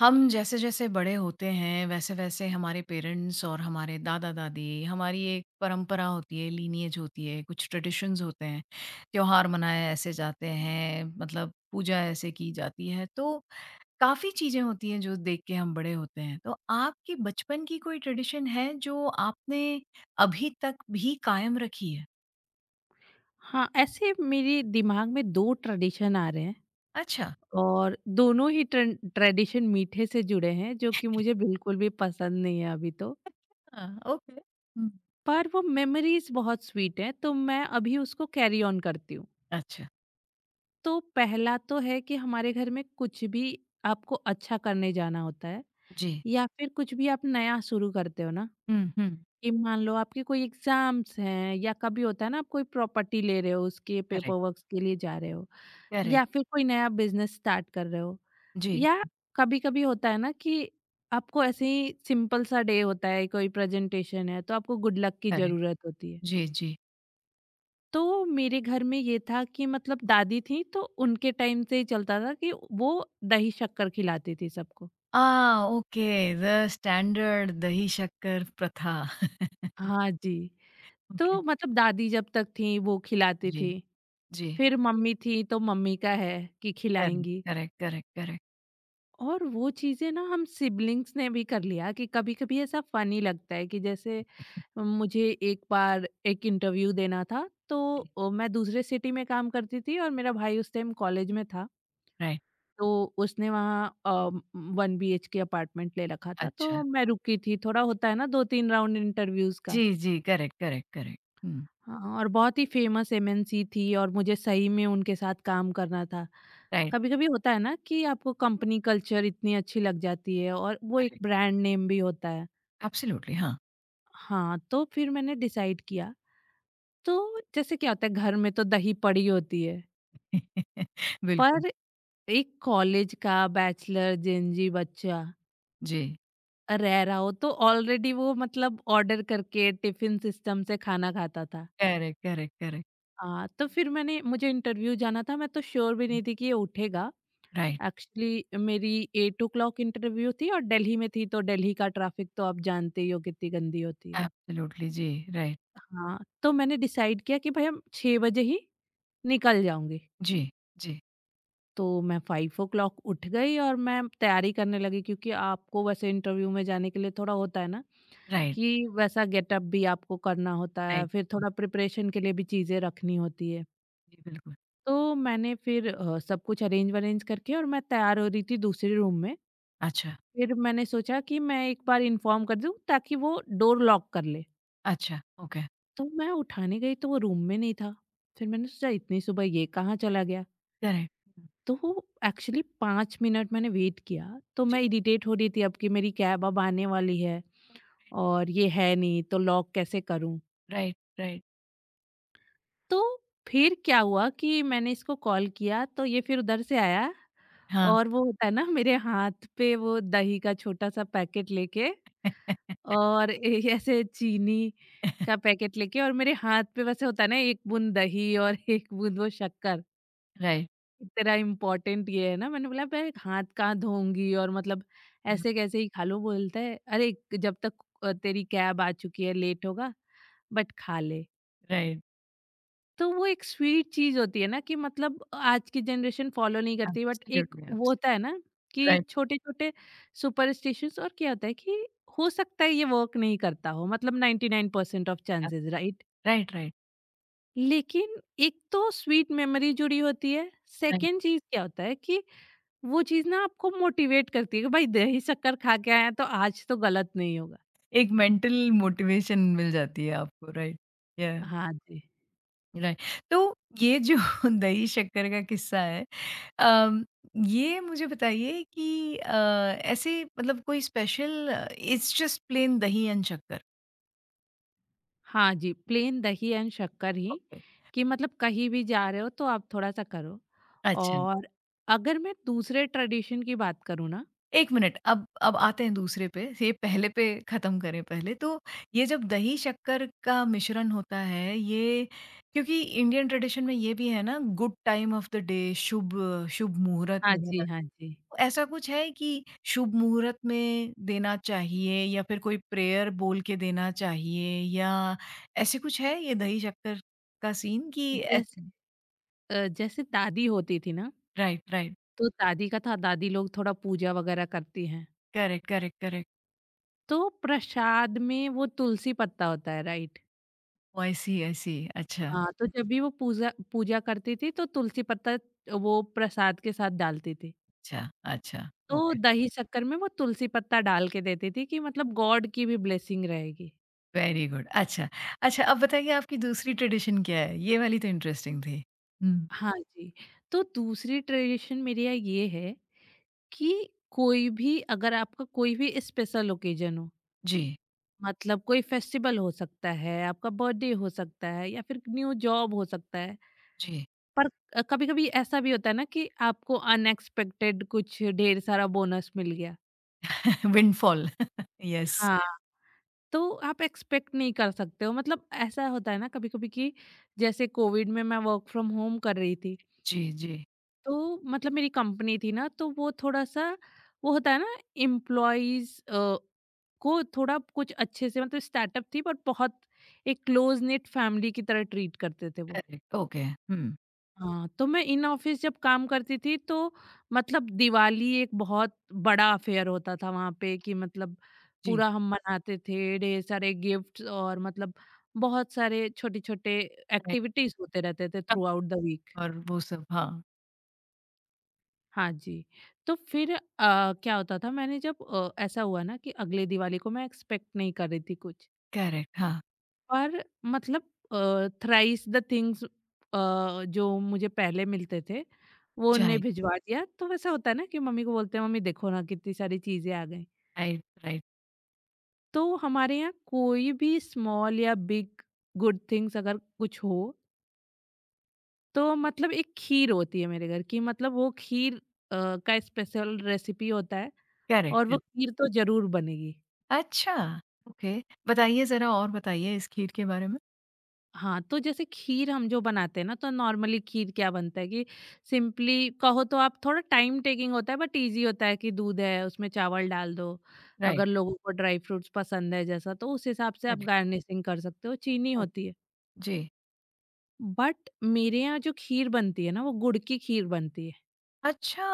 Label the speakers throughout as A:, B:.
A: हम जैसे-जैसे बड़े होते हैं, वैसे-वैसे हमारे पेरेंट्स और हमारे दादा-दादी, हमारी एक परंपरा होती है, लीनिएज होती है, कुछ ट्रेडिशंस होते हैं। त्योहार मनाए ऐसे जाते हैं, मतलब पूजा ऐसे की जाती है। तो काफ़ी चीज़ें होती हैं जो देख के हम बड़े होते हैं। तो आपके बचपन की कोई ट्रेडिशन है जो आपने अभी तक भी कायम रखी है?
B: हाँ, ऐसे मेरे दिमाग में 2 ट्रेडिशन आ रहे हैं।
A: अच्छा।
B: और दोनों ही ट्रन ट्रेडिशन मीठे से जुड़े हैं, जो कि मुझे बिल्कुल भी पसंद नहीं है अभी तो।
A: हाँ, ओके। हुँ।
B: पर वो मेमोरीज़ बहुत स्वीट हैं, तो मैं अभी उसको कैरी ऑन करती हूँ।
A: अच्छा।
B: तो पहला तो है कि हमारे घर में कुछ भी आपको अच्छा करने जाना होता है,
A: जी।
B: या फिर कुछ भी आप नया शुरू करते हो ना,
A: हुँ।
B: कि मान लो आपके कोई एग्ज़ाम्स हैं, या कभी होता है ना आप कोई प्रॉपर्टी ले रहे हो, उसके पेपर
A: करेक्ट,
B: वर्क्स के लिए जा रहे हो। या
A: करेक्ट।
B: फिर कोई नया बिजनेस स्टार्ट कर रहे हो,
A: जी,
B: या
A: जी।
B: कभी-कभी होता है ना कि आपको ऐसे ही सिंपल सा डे होता है, कोई प्रेजेंटेशन है तो आपको गुड लक की
A: करेक्ट।
B: जरूरत होती है।
A: जी, जी।
B: तो मेरे घर में ये था कि मतलब दादी थी तो उनके टाइम से ही चलता था कि वो दही शक्कर खिलाती थी सबको।
A: आ, ओके द स्टैंडर्ड दही शक्कर प्रथा
B: हाँ जी।
A: ओके।
B: तो मतलब दादी जब तक थी वो खिलाती
A: जी,
B: थी।
A: जी,
B: फिर मम्मी थी तो मम्मी का है कि
A: करेक्ट
B: खिलाएंगी।
A: करेक्ट करेक्ट करेक्ट
B: और वो चीज़ें ना हम सिबलिंग्स ने भी कर लिया, कि कभी-कभी ऐसा फ़नी लगता है कि जैसे मुझे एक बार एक इंटरव्यू देना था, तो
A: जी।
B: मैं दूसरे सिटी में काम करती थी और मेरा भाई उस टाइम कॉलेज में था।
A: राइट।
B: तो उसने वहाँ 1 BHK अपार्टमेंट ले रखा था,
A: अच्छा।
B: तो मैं रुकी थी। थोड़ा होता है ना 2-3 राउंड इंटरव्यूज़ का।
A: जी, जी, करेक्ट करेक्ट करेक्ट। हम्म।
B: हाँ, और बहुत ही फ़ेमस MNC थी और मुझे सही में उनके साथ काम करना था।
A: राइट।
B: कभी कभी होता है ना कि आपको कंपनी कल्चर इतनी अच्छी लग जाती है, और वो एक
A: करेक्ट।
B: ब्रांड नेम भी होता है।
A: एब्सोल्युटली, हाँ।
B: हाँ, तो फिर मैंने डिसाइड किया। तो जैसे क्या होता है, घर में तो दही पड़ी होती है।
A: बिल्कुल।
B: पर एक कॉलेज का बैचलर जेनजी बच्चा
A: जी।
B: रह रहा हो तो ऑलरेडी वो मतलब ऑर्डर करके टिफिन सिस्टम से खाना खाता था।
A: Correct correct correct.
B: हाँ, तो फिर मैंने, मुझे इंटरव्यू जाना था, मैं तो श्योर भी नहीं थी कि ये उठेगा।
A: राइट।
B: एक्चुअली मेरी 8 इंटरव्यू थी और दिल्ली में थी, तो दिल्ली का ट्रैफिक तो आप जानते ही हो कितनी गंदी होती है।
A: एब्सोल्युटली, जी। राइट।
B: हाँ, तो मैंने डिसाइड किया कि भाई हम 6 बजे ही निकल जाऊँगी।
A: जी, जी।
B: तो मैं 5 उठ गई और मैं तैयारी करने लगी, क्योंकि आपको वैसे इंटरव्यू में जाने के लिए थोड़ा होता है ना,
A: राइट,
B: कि वैसा गेटअप भी आपको करना होता है,
A: राइट।
B: फिर थोड़ा प्रिपरेशन के लिए भी चीज़ें रखनी होती है।
A: जी, बिल्कुल।
B: तो मैंने फिर सब कुछ अरेंज-वरेंज करके और मैं तैयार हो रही थी दूसरे रूम में।
A: अच्छा।
B: फिर मैंने सोचा कि मैं एक बार इन्फॉर्म कर दूं ताकि वो डोर लॉक कर ले।
A: अच्छा, ओके।
B: तो मैं उठाने गई तो वो रूम में नहीं था। फिर मैंने सोचा, इतनी सुबह ये कहाँ चला गया।
A: करेक्ट।
B: तो वो, एक्चुअली पाँच मिनट मैंने वेट किया तो
A: जी।
B: मैं इरिटेट हो रही थी अब, कि मेरी कैब अब आने वाली है और ये है नहीं, तो लॉक कैसे करूं।
A: Right, right.
B: तो फिर क्या हुआ कि मैंने इसको कॉल किया तो ये फिर उधर से आया।
A: हाँ।
B: और वो होता है ना, मेरे हाथ पे वो दही का छोटा सा पैकेट लेके और ऐसे चीनी का पैकेट लेके, और मेरे हाथ पे वैसे होता है ना एक बूंद दही और एक बूंद वो शक्कर।
A: राइट,
B: इतना इम्पोर्टेंट ये है ना, मैंने बोला मैं हाथ कहाँ धोऊंगी, और मतलब ऐसे कैसे ही खा लूं। बोलता है, अरे जब तक तेरी कैब आ चुकी है, लेट होगा, बट खा ले।
A: राइट।
B: तो वो एक स्वीट चीज़ होती है ना, कि मतलब आज की जनरेशन फॉलो नहीं करती, बट एक
A: एब्सोल्युटली,
B: वो
A: एब्सो
B: होता है ना कि
A: राइट।
B: छोटे-छोटे सुपरस्टिशंस। और क्या होता है कि हो सकता है ये वर्क नहीं करता हो, मतलब 99% ऑफ
A: एब
B: चांसेस, राइट?
A: राइट, राइट,
B: लेकिन एक तो स्वीट मेमोरी जुड़ी होती है,
A: राइट।
B: सेकंड चीज़ क्या होता है कि वो चीज़ ना आपको मोटिवेट करती है, कि भाई दही शक्कर खा के आए हैं तो आज तो गलत नहीं होगा।
A: एक मेंटल मोटिवेशन मिल जाती है आपको, राइट, या
B: हाँ जी।
A: राइट। तो ये जो दही शक्कर का किस्सा है, अम, ये मुझे बताइए कि ऐसे मतलब कोई special, it's just plain dahi and shakkar?
B: हाँ जी, प्लेन दही एंड शक्कर ही,
A: ओके,
B: कि मतलब कहीं भी जा रहे हो तो आप थोड़ा-सा करो।
A: अच्छा।
B: और अगर मैं दूसरे ट्रेडिशन की बात करूँ ना,
A: 1 मिनट, अब आते हैं दूसरे पे, ये पहले पे ख़त्म करें पहले। तो ये जब दही शक्कर का मिश्रण होता है, ये क्योंकि इंडियन ट्रेडिशन में ये भी है ना, good time of the day, शुभ शुभ मुहूर्त
B: हाँ
A: वग़ैरह।
B: जी, हाँ जी।
A: तो ऐसा कुछ है कि शुभ मुहूर्त में देना चाहिए या फिर कोई प्रेयर बोल के देना चाहिए या ऐसे कुछ है ये दही शक्कर का सीन कि ए,
B: जैसे जैसे दादी होती थी ना,
A: राइट, राइट।
B: तो दादी का था, दादी लोग थोड़ा पूजा वगैरह करती हैं,
A: करेक्ट, करेक्ट, करेक्ट।
B: तो प्रसाद में वो तुलसी पत्ता होता है, राइट?
A: ओह! आई सी, आई सी। अच्छा,
B: हाँ, तो जब भी वो पूजा पूजा करती थी तो तुलसी पत्ता वो प्रसाद के साथ डालती थी।
A: अच्छा, अच्छा।
B: तो
A: ओके।
B: दही शक्कर में वो तुलसी पत्ता डाल के देती थी कि मतलब गॉड की भी ब्लेसिंग रहेगी।
A: Very good. अच्छा, अच्छा, अब बताइए आपकी दूसरी ट्रेडिशन क्या है? ये वाली तो इंटरेस्टिंग थी। हुँ।
B: हाँ जी, तो दूसरी ट्रेडिशन मेरी यहाँ ये है कि कोई भी, अगर आपका कोई भी स्पेशल ओकेज़न हो,
A: जी,
B: मतलब कोई फेस्टिवल हो सकता है, आपका बर्थडे हो सकता है, या फिर न्यू जॉब हो सकता है।
A: जी।
B: पर कभी-कभी ऐसा भी होता है ना कि आपको अनएक्सपेक्टेड कुछ ढेर सारा बोनस मिल गया।
A: Windfall yes.
B: हाँ। तो आप एक्सपेक्ट नहीं कर सकते हो, मतलब ऐसा होता है ना कभी कभी, कि जैसे कोविड में मैं वर्क फ्रॉम होम कर रही थी।
A: जी, जी।
B: तो मतलब मेरी कंपनी थी ना, तो वो थोड़ा सा, वो होता है ना, एम्प्लॉयज को थोड़ा कुछ अच्छे से, मतलब स्टार्टअप थी पर बहुत एक क्लोज नेट फैमिली की तरह ट्रीट करते थे वो।
A: Correct, okay. हुँ,
B: हाँ, तो मैं इन ऑफिस जब काम करती थी, तो मतलब दिवाली एक बहुत बड़ा अफेयर होता था वहां पे, कि मतलब
A: जी।
B: पूरा हम मनाते थे, ढेर सारे गिफ्ट्स और मतलब बहुत सारे छोटे छोटे
A: राइट।
B: एक्टिविटीज होते रहते थे
A: ट्रक
B: थ्रू आउट द वीक।
A: और वो सब, हाँ,
B: हाँ जी। तो फिर क्या होता था, मैंने जब ऐसा हुआ ना कि अगले दिवाली को मैं एक्सपेक्ट नहीं कर रही थी कुछ,
A: करेक्ट, हाँ,
B: और मतलब थ्राइस द थिंग्स जो मुझे पहले मिलते थे वो उन्हें
A: जाए
B: भिजवा दिया। तो वैसा होता है ना कि मम्मी को बोलते हैं, मम्मी देखो ना कितनी सारी चीजें आ गई।
A: राइट, राइट,
B: तो हमारे यहाँ कोई भी स्मॉल या बिग गुड थिंग्स अगर कुछ हो, तो मतलब एक खीर होती है मेरे घर की, मतलब वो खीर का स्पेशल रेसिपी होता है,
A: करेक्ट,
B: और वो
A: करेक्ट।
B: खीर तो जरूर बनेगी।
A: अच्छा, ओके। बताइए ज़रा, और बताइए इस खीर के बारे में?
B: हाँ, तो जैसे खीर हम जो बनाते हैं ना, तो नॉर्मली खीर क्या बनता है कि सिंपली कहो तो आप थोड़ा टाइम टेकिंग होता है बट ईज़ी होता है, कि दूध है, उसमें चावल डाल दो।
A: राइट,
B: अगर लोगों को ड्राई फ्रूट्स पसंद है जैसा, तो उस हिसाब से आप
A: करेक्ट,
B: गार्निशिंग कर सकते हो, चीनी
A: करेक्ट,
B: होती है।
A: जी।
B: बट मेरे यहाँ जो खीर बनती है ना, वो गुड़ की खीर बनती है।
A: अच्छा,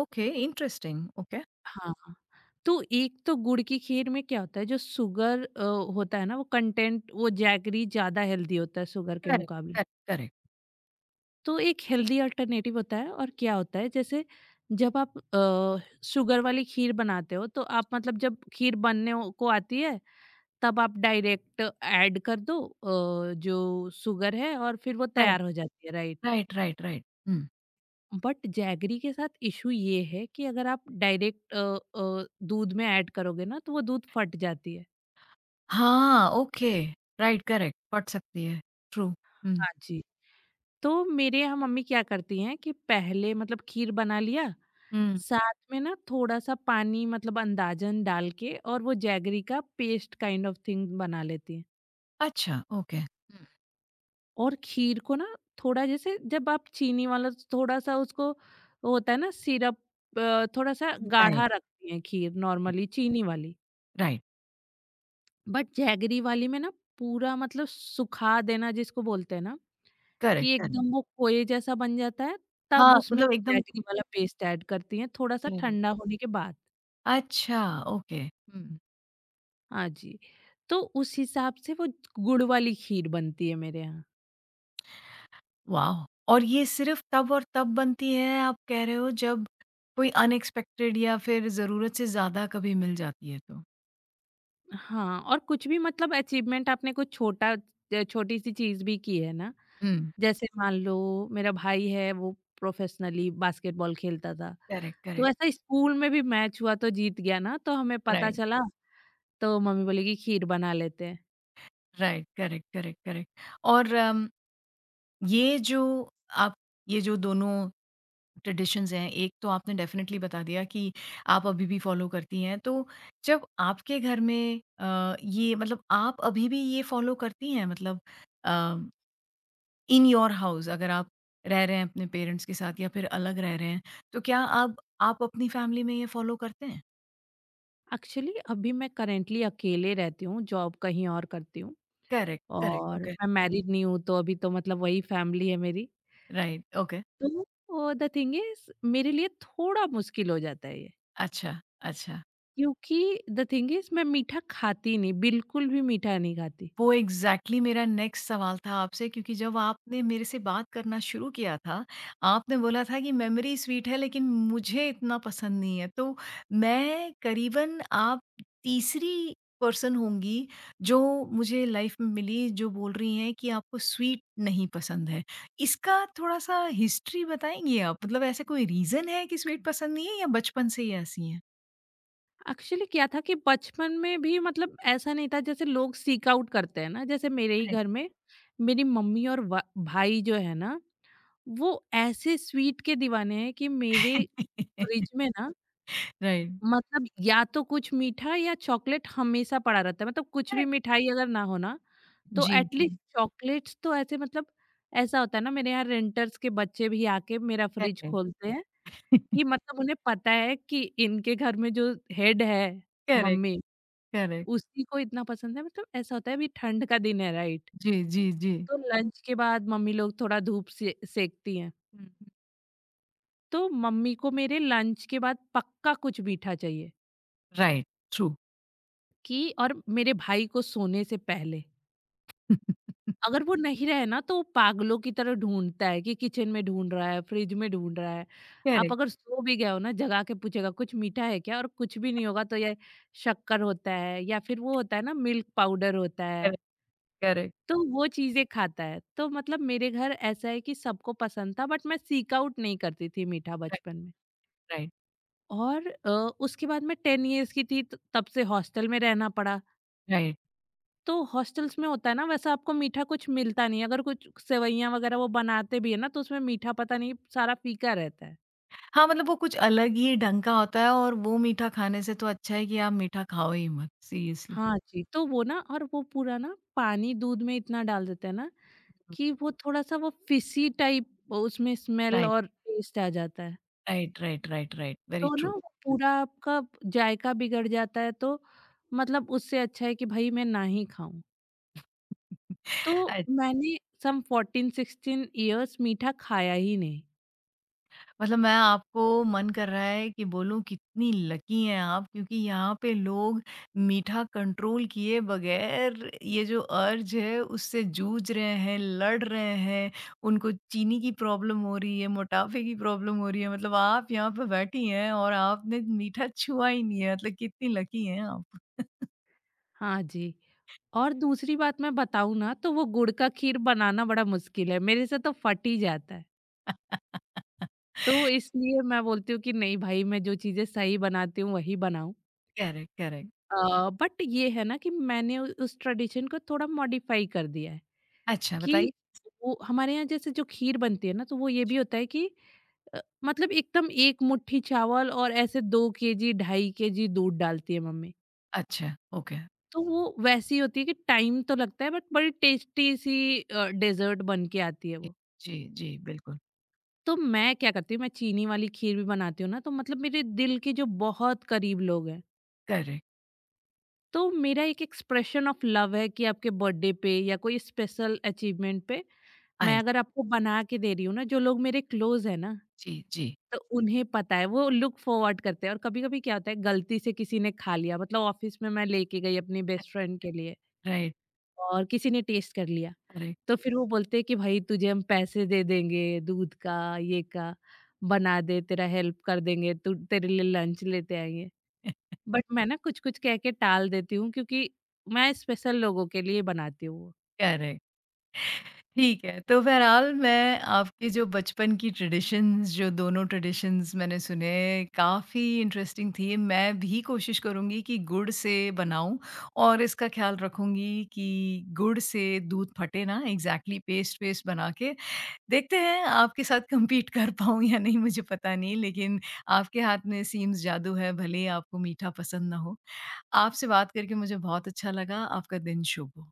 A: ओके, इंटरेस्टिंग, ओके।
B: हाँ, हाँ। तो एक तो गुड़ की खीर में क्या होता है, जो शुगर होता है ना, वो कंटेंट, वो जैगरी ज़्यादा हेल्दी होता है शुगर के
A: करेक्ट,
B: मुकाबले।
A: Correct, correct.
B: तो एक हेल्दी अल्टरनेटिव होता है। और क्या होता है, जैसे जब आप शुगर वाली खीर बनाते हो तो आप मतलब जब खीर बनने को आती है, तब आप डायरेक्ट ऐड कर दो जो शुगर है और फिर वो
A: राइट,
B: तैयार हो जाती है, right.
A: Right. Hmm.
B: But jaggery के साथ इशू ये है कि अगर आप डायरेक्ट दूध में ऐड करोगे ना तो वो दूध फट जाती है।
A: हाँ, ओके, राइट, करेक्ट, पढ़ सकती है, ट्रू। हुँ,
B: हाँ जी। तो मेरे यहाँ मम्मी क्या करती हैं कि पहले मतलब खीर बना लिया,
A: हुँ,
B: साथ में ना थोड़ा-सा पानी मतलब अंदाज़न डाल के और वो जैगरी का पेस्ट काइंड ऑफ थिंग बना लेती हैं।
A: अच्छा, ओके, हुँ।
B: और खीर को ना थोड़ा, जैसे जब आप चीनी वाला थोड़ा-सा उसको, वो होता है ना सिरप, थोड़ा-सा
A: राइट,
B: गाढ़ा रखती हैं खीर नॉर्मली चीनी वाली।
A: राइट,
B: बट जैगरी वाली में ना पूरा मतलब सुखा देना जिसको बोलते हैं ना,
A: करेक्ट,
B: कि
A: करेक्ट।
B: एकदम वो खोए जैसा बन जाता है,
A: हाँ,
B: तब उसमें
A: मतलब
B: वो
A: एकदम,
B: जैगरी वाला पेस्ट ऐड करती हैं थोड़ा-सा
A: हम्म,
B: ठंडा होने के बाद।
A: अच्छा, ओके, हुँ।
B: हाँ जी। तो उस हिसाब से वो गुड़ वाली खीर बनती है मेरे यहाँ।
A: वॉव! और ये सिर्फ़ तब और तब बनती है, आप कह रहे हो, जब कोई अनएक्सपेक्टेड या फिर ज़रूरत से ज़्यादा कभी मिल जाती है तो।
B: हाँ, और कुछ भी मतलब अचीवमेंट आपने कुछ छोटा छोटी-सी चीज़ भी की है ना,
A: हुँ।
B: जैसे मान लो मेरा भाई है, वो प्रोफ़ेशनली बास्केटबॉल खेलता था,
A: करेक्ट,
B: तो
A: करेक्ट,
B: ऐसा स्कूल में भी मैच हुआ तो जीत गया ना, तो हमें पता
A: राइट,
B: चला, तो मम्मी बोली कि खीर बना लेते हैं।
A: राइट, करेक्ट, और ये जो आप, ये जो दोनों ट्रेडिशंस हैं, एक तो आपने डेफ़िनेटली बता दिया कि आप अभी भी फ़ॉलो करती हैं। तो जब आपके घर में ये, मतलब आप अभी भी ये फ़ॉलो करती हैं, मतलब, अ, इन योर हाउस, अगर आप रह रहे हैं अपने पेरेंट्स के साथ या फिर अलग रह रहे हैं, तो क्या आप अपनी फैमिली में ये फ़ॉलो करते हैं?
B: एक्चुअली अभी मैं करंटली अकेले रहती हूँ, जॉब कहीं और करती हूँ,
A: करेक्ट, करेक्ट,
B: और
A: ओके,
B: मैं मैरिड नहीं हूँ तो अभी तो मतलब वही फैमिली है मेरी।
A: राइट, ओके,
B: तो द थिंग इज़ मेरे लिए थोड़ा मुश्किल हो जाता है ये,
A: अच्छा, अच्छा।
B: क्योंकि द थिंग इज़ मैं मीठा खाती नहीं, बिल्कुल भी मीठा नहीं खाती।
A: वो एग्ज़ैक्टली मेरा नेक्स्ट सवाल था आपसे, क्योंकि जब आपने मेरे से बात करना शुरू किया था, आपने बोला था कि मेमोरी स्वीट है लेकिन मुझे इतना पसंद नहीं है। तो मैं करीबन आप तीसरी पर्सन होंगी जो मुझे लाइफ़ में मिली जो बोल रही हैं कि आपको स्वीट नहीं पसंद है। इसका थोड़ा-सा हिस्ट्री बताएँगी आप? मतलब ऐसा कोई रीज़न है कि स्वीट पसंद नहीं है या बचपन से ही ऐसी हैं?
B: एक्चुअली क्या था कि बचपन में भी मतलब ऐसा नहीं था जैसे लोग सीक आउट करते हैं ना, जैसे मेरे ही
A: करेक्ट।
B: घर में मेरी मम्मी और व भाई जो है ना, वो ऐसे स्वीट के दीवाने हैं कि मेरे फ्रिज में ना,
A: राइट।
B: मतलब या तो कुछ मीठा या चॉकलेट हमेशा पड़ा रहता है। मतलब कुछ भी
A: करेक्ट।
B: मिठाई अगर ना हो ना, तो
A: जी,
B: एटलीस्ट
A: जी।
B: चॉकलेट्स तो, ऐसे मतलब ऐसा होता है ना, मेरे यहाँ रेंटर्स के बच्चे भी आके मेरा फ्रिज खोलते हैं, कि
A: करेक्ट।
B: मतलब उन्हें पता है कि इनके घर में जो हेड है,
A: करेक्ट।
B: Mummy,
A: correct.
B: उसी को इतना पसंद है। मतलब ऐसा होता है, अभी ठंड का दिन है, राइट?
A: जी, जी, जी।
B: तो लंच के बाद मम्मी लोग थोड़ा धूप से सेकती हैं,
A: हुँ, हुँ।
B: तो मम्मी को मेरे लंच के बाद पक्का कुछ मीठा चाहिए।
A: राइट। ट्रू।
B: कि और मेरे भाई को सोने से पहले, अगर वो नहीं रहे ना तो वो पागलों की तरह ढूंढता है, कि किचन में ढूंढ रहा है, फ्रिज में ढूंढ रहा है। आप
A: करेक्ट,
B: अगर सो भी गए हो ना जगा के पूछेगा, कुछ मीठा है क्या? और कुछ भी नहीं होगा तो ये शक्कर होता है, या फिर वो होता है ना मिल्क पाउडर होता है,
A: करेक्ट, करेक्ट।
B: तो वो चीज़ें खाता है। तो मतलब मेरे घर ऐसा है कि सबको पसंद था, बट मैं सीक आउट नहीं करती थी मीठा
A: राइट,
B: बचपन में।
A: राइट,
B: और उसके बाद मैं 10 इयर्स की थी त तब से हॉस्टल में रहना पड़ा।
A: राइट।
B: तो हॉस्टल्स में होता है ना, वैसा आपको मीठा कुछ मिलता नहीं है। अगर कुछ सेवइयाँ वगैरह वो बनाते भी है ना, तो उसमें मीठा पता नहीं, सारा फीका रहता है।
A: हाँ, मतलब वो कुछ अलग ही ढंग का होता है और वो मीठा खाने से तो अच्छा है कि आप मीठा खाओ ही मत, सीरियसली।
B: हाँ जी, तो वो ना, और वो पूरा ना पानी दूध में इतना डाल देते हैं ना,
A: हुँ।
B: कि वो थोड़ा-सा वो फिशी टाइप उसमें स्मेल
A: राइट,
B: और टेस्ट आ जाता है।
A: राइट. वेरी
B: तो ना
A: ट्रू।
B: वो पूरा आपका जायका बिगड़ जाता है, तो मतलब उससे अच्छा है कि भई मैं ना ही खाऊँ। तो मैंने सम 14-16 इयर्स मीठा खाया ही नहीं।
A: मतलब मैं, आपको मन कर रहा है कि बोलूँ कितनी लकी हैं आप, क्योंकि यहाँ पे लोग मीठा कंट्रोल किए बगैर ये जो अर्ज है उससे जूझ रहे हैं, लड़ रहे हैं, उनको चीनी की प्रॉब्लम हो रही है, मोटापे की प्रॉब्लम हो रही है, मतलब आप यहाँ पे बैठी हैं और आपने मीठा छुआ ही नहीं है, मतलब कितनी लकी हैं आप।
B: हाँ जी। और दूसरी बात मैं बताऊँ ना, तो वो गुड़ का खीर बनाना बड़ा मुश्किल है, मेरे से तो फट ही जाता है। तो इसलिए मैं बोलती हूँ कि नहीं भाई मैं जो चीज़ें सही बनाती हूँ वही बनाऊँ।
A: Correct, correct.
B: बट ये है ना कि मैंने उ उस ट्रेडिशन को थोड़ा मॉडिफ़ाई कर दिया है,
A: अच्छा,
B: कि
A: बताइए?
B: वो हमारे यहाँ जैसे जो खीर बनती है ना, तो वो ये
A: जी,
B: भी होता है कि मतलब एकदम एक मुट्ठी चावल और ऐसे 2 kg, ढाई kg दूध डालती है मम्मी।
A: अच्छा, ओके।
B: तो वो वैसी होती है कि टाइम तो लगता है बट बड़ी टेस्टी सी डेजर्ट बन के आती है
A: जी,
B: वो।
A: जी, जी, बिल्कुल।
B: तो मैं क्या करती हूँ, मैं चीनी वाली खीर भी बनाती हूँ ना, तो मतलब मेरे दिल के जो बहुत करीब लोग हैं,
A: करेक्ट,
B: तो मेरा एक एक्सप्रेशन ऑफ लव है कि आपके बर्थडे पे या कोई स्पेशल अचीवमेंट पे
A: आई
B: मैं अगर आपको बना के दे रही हूँ ना, जो लोग मेरे क्लोज है ना,
A: सी, जी, जी।
B: तो उन्हें पता है, वो लुक फॉरवर्ड करते हैं। और कभी कभी क्या होता है, गलती से किसी ने खा लिया, मतलब ऑफिस में मैं लेके गई अपनी बेस्ट फ्रेंड के लिए
A: राइट,
B: और किसी ने टेस्ट कर लिया।
A: करेक्ट।
B: तो फिर वो बोलते हैं कि भाई तुझे हम पैसे दे देंगे दूध का, ये का, बना दे, तेरा हेल्प कर देंगे, तू तेरे लिए लंच लेते आएंगे, बट मैं ना कुछ कुछ कह के टाल देती हूँ, क्योंकि मैं स्पेशल लोगों के लिए बनाती हूँ वो।
A: करेक्ट, ठीक है। तो बहरहाल, मैं आपके जो बचपन की ट्रेडिशंस, जो दोनों ट्रेडिशंस मैंने सुने, काफ़ी इंटरेस्टिंग थी। मैं भी कोशिश करूँगी कि गुड़ से बनाऊँ और इसका ख़्याल रखूँगी कि गुड़ से दूध फटे ना, एग्ज़ैक्टली पेस्ट-वेस्ट बना के। देखते हैं आपके साथ कम्पीट कर पाऊँ या नहीं, मुझे पता नहीं, लेकिन आपके हाथ में सीम्स जादू है भले ही आपको मीठा पसंद ना हो। आपसे बात करके मुझे बहुत अच्छा लगा। आपका दिन शुभ हो।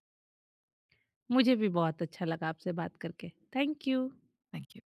B: मुझे भी बहुत अच्छा लगा आपसे बात करके। Thank you.
A: Thank you.